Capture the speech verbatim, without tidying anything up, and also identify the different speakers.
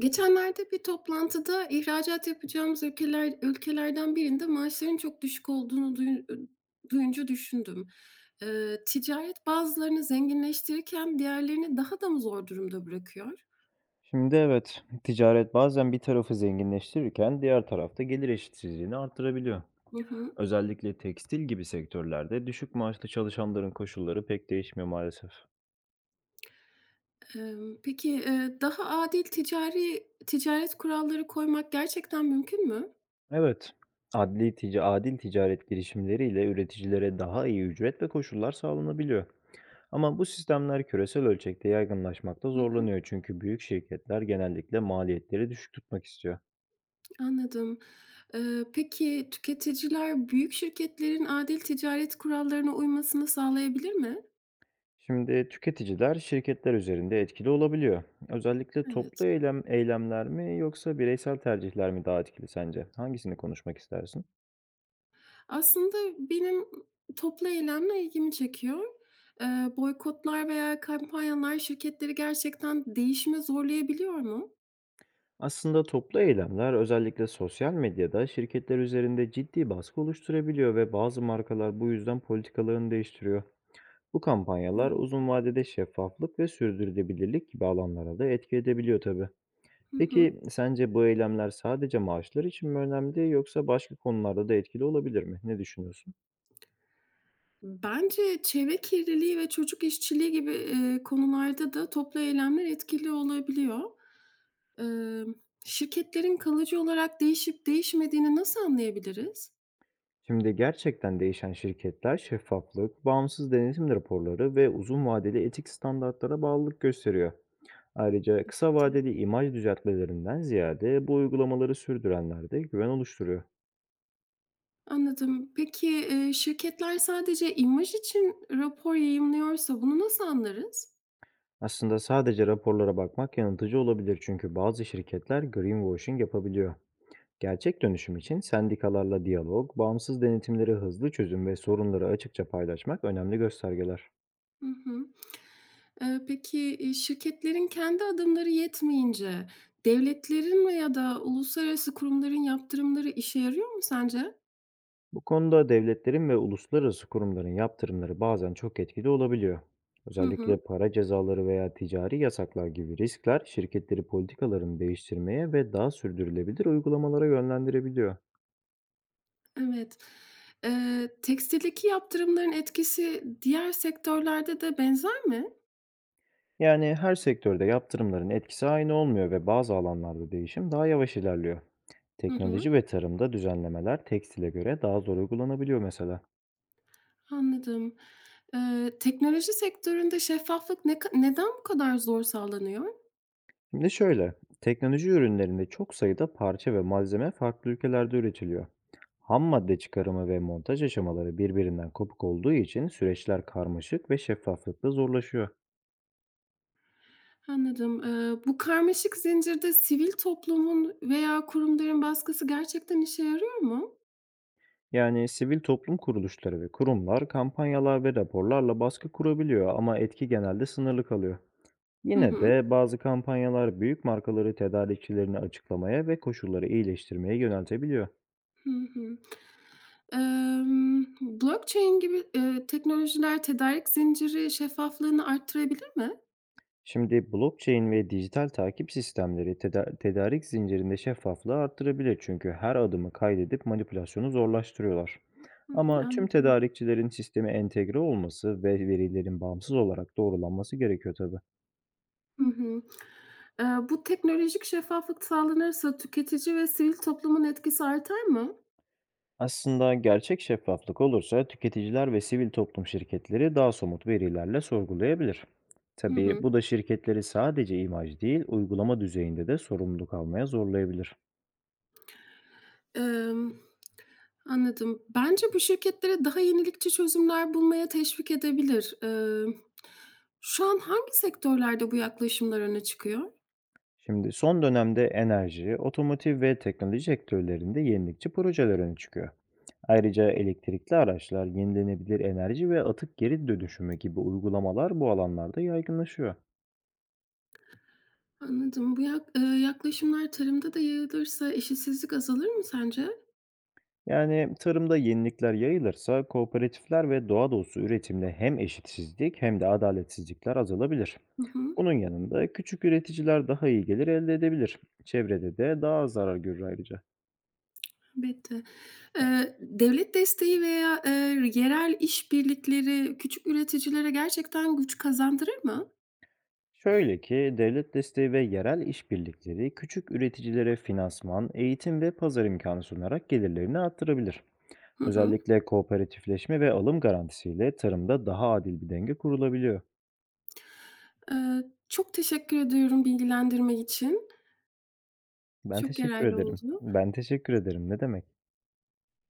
Speaker 1: Geçenlerde bir toplantıda ihracat yapacağımız ülkeler ülkelerden birinde maaşların çok düşük olduğunu duyu- duyunca düşündüm. Eee, ticaret bazılarını zenginleştirirken diğerlerini daha da mı zor durumda bırakıyor?
Speaker 2: Şimdi evet, ticaret bazen bir tarafı zenginleştirirken diğer tarafta gelir eşitsizliğini artırabiliyor.
Speaker 1: Hı hı.
Speaker 2: Özellikle tekstil gibi sektörlerde düşük maaşlı çalışanların koşulları pek değişmiyor maalesef.
Speaker 1: Em, peki eee, daha adil ticari ticaret kuralları koymak gerçekten mümkün mü?
Speaker 2: Evet, adli tica adil ticaret girişimleriyle üreticilere daha iyi ücret ve koşullar sağlanabiliyor. Ama bu sistemler küresel ölçekte yaygınlaşmakta
Speaker 1: Hı hı,
Speaker 2: zorlanıyor çünkü büyük şirketler genellikle maliyetleri düşük tutmak istiyor.
Speaker 1: anladım. Eee, peki tüketiciler büyük şirketlerin adil ticaret kurallarına uymasını sağlayabilir mi?
Speaker 2: Şimdi tüketiciler şirketler üzerinde etkili olabiliyor. Özellikle toplu
Speaker 1: Evet.
Speaker 2: eylem eylemler mi yoksa bireysel tercihler mi daha etkili sence? Hangisini konuşmak istersin?
Speaker 1: Aslında benim toplu eylemler ilgimi çekiyor. Eee, Boykotlar veya kampanyalar şirketleri gerçekten değişime zorlayabiliyor mu?
Speaker 2: Aslında toplu eylemler özellikle sosyal medyada şirketler üzerinde ciddi baskı oluşturabiliyor ve bazı markalar bu yüzden politikalarını değiştiriyor. Bu kampanyalar
Speaker 1: Evet.
Speaker 2: uzun vadede şeffaflık ve sürdürülebilirlik gibi alanlara da etki edebiliyor tabii.
Speaker 1: Hı hı.
Speaker 2: Peki sence bu eylemler sadece maaşlar için mi önemli, yoksa başka konularda da etkili olabilir mi? Ne düşünüyorsun?
Speaker 1: Bence çevre kirliliği ve çocuk işçiliği gibi, eee, konularda da toplu eylemler etkili olabiliyor. Emm, Şirketlerin kalıcı olarak değişip değişmediğini nasıl anlayabiliriz?
Speaker 2: Şimdi gerçekten değişen şirketler şeffaflık, bağımsız denetim raporları ve uzun vadeli etik standartlara bağlılık gösteriyor. Ayrıca kısa vadeli imaj düzeltmelerinden ziyade bu uygulamaları sürdürenler de güven oluşturuyor.
Speaker 1: Anladım. Peki, eee, şirketler sadece imaj için rapor yayımlıyorsa bunu nasıl anlarız?
Speaker 2: Aslında sadece raporlara bakmak yanıltıcı olabilir çünkü bazı şirketler greenwashing yapabiliyor. Gerçek dönüşüm için sendikalarla diyalog, bağımsız denetimleri hızlı çözüm ve sorunları açıkça paylaşmak önemli göstergeler.
Speaker 1: Hı hı. Eee, peki, iii, şirketlerin kendi adımları yetmeyince devletlerin veya da uluslararası kurumların yaptırımları işe yarıyor mu sence?
Speaker 2: Bu konuda devletlerin ve uluslararası kurumların yaptırımları bazen çok etkili olabiliyor.
Speaker 1: Hı
Speaker 2: Özellikle
Speaker 1: hı,
Speaker 2: para cezaları veya ticari yasaklar gibi riskler, şirketleri politikalarını değiştirmeye ve daha sürdürülebilir uygulamalara yönlendirebiliyor.
Speaker 1: evet. Eee, tekstildeki yaptırımların etkisi diğer sektörlerde de benzer mi?
Speaker 2: Yani her sektörde yaptırımların etkisi aynı olmuyor ve bazı alanlarda değişim daha yavaş ilerliyor.
Speaker 1: Hı hı,
Speaker 2: Teknoloji ve tarımda düzenlemeler tekstile göre daha zor uygulanabiliyor mesela.
Speaker 1: anladım. Eee, teknoloji sektöründe şeffaflık ne ka neden bu kadar zor sağlanıyor?
Speaker 2: Şimdi şöyle, teknoloji ürünlerinde çok sayıda parça ve malzeme farklı ülkelerde üretiliyor. Ham madde çıkarımı ve montaj aşamaları birbirinden kopuk olduğu için süreçler karmaşık ve şeffaflıkta zorlaşıyor.
Speaker 1: Anladım. Eee, bu karmaşık zincirde sivil toplumun veya kurumların baskısı gerçekten işe yarıyor mu?
Speaker 2: Yani sivil toplum kuruluşları ve kurumlar kampanyalar ve raporlarla baskı kurabiliyor, ama etki genelde sınırlı kalıyor.
Speaker 1: Hı
Speaker 2: Yine
Speaker 1: hı.
Speaker 2: de bazı kampanyalar büyük markaları tedarikçilerini açıklamaya ve koşulları iyileştirmeye yöneltebiliyor.
Speaker 1: Hı hı. Emm, blockchain gibi, eee, teknolojiler tedarik zinciri şeffaflığını arttırabilir mi?
Speaker 2: Şimdi blockchain ve dijital takip sistemleri teda- tedarik zincirinde şeffaflığı arttırabilir, çünkü her adımı kaydedip manipülasyonu zorlaştırıyorlar.
Speaker 1: Hı hı,
Speaker 2: Ama tüm
Speaker 1: anladım.
Speaker 2: tedarikçilerin sisteme entegre olması ve verilerin bağımsız olarak doğrulanması gerekiyor tabii.
Speaker 1: Hı hı. Eee, bu teknolojik şeffaflık sağlanırsa tüketici ve sivil toplumun etkisi artar mı?
Speaker 2: Aslında gerçek şeffaflık olursa tüketiciler ve sivil toplum şirketleri daha somut verilerle sorgulayabilir.
Speaker 1: Hı
Speaker 2: Tabii
Speaker 1: hı.
Speaker 2: bu da şirketleri sadece imaj değil, uygulama düzeyinde de sorumluluk almaya zorlayabilir.
Speaker 1: Emm, Anladım. Bence bu şirketlere daha yenilikçi çözümler bulmaya teşvik edebilir. Emm, şu an hangi sektörlerde bu yaklaşımlar öne çıkıyor?
Speaker 2: Şimdi son dönemde enerji, otomotiv ve teknoloji sektörlerinde yenilikçi projeler öne çıkıyor. Ayrıca elektrikli araçlar, yenilenebilir enerji ve atık geri dönüşümü gibi uygulamalar bu alanlarda yaygınlaşıyor.
Speaker 1: Anladım. Bu yak eee, yaklaşımlar tarımda da yayılırsa eşitsizlik azalır mı sence?
Speaker 2: Yani tarımda yenilikler yayılırsa, kooperatifler ve doğa dostu üretimle hem eşitsizlik hem de adaletsizlikler azalabilir.
Speaker 1: Hı hı,
Speaker 2: Bunun yanında küçük üreticiler daha iyi gelir elde edebilir. Çevrede de daha az zarar görür ayrıca.
Speaker 1: elbette. Eee, devlet desteği veya, eee, yerel işbirlikleri küçük üreticilere gerçekten güç kazandırır mı?
Speaker 2: Şöyle ki, devlet desteği ve yerel işbirlikleri küçük üreticilere finansman, eğitim ve pazar imkanı sunarak gelirlerini arttırabilir.
Speaker 1: Hı hı.
Speaker 2: Özellikle kooperatifleşme ve alım garantisiyle tarımda daha adil bir denge kurulabiliyor.
Speaker 1: Eee, çok teşekkür ediyorum bilgilendirme için.
Speaker 2: Ben
Speaker 1: Çok
Speaker 2: teşekkür
Speaker 1: yararlı
Speaker 2: ederim.
Speaker 1: oldu.
Speaker 2: Ben teşekkür ederim. Ne demek?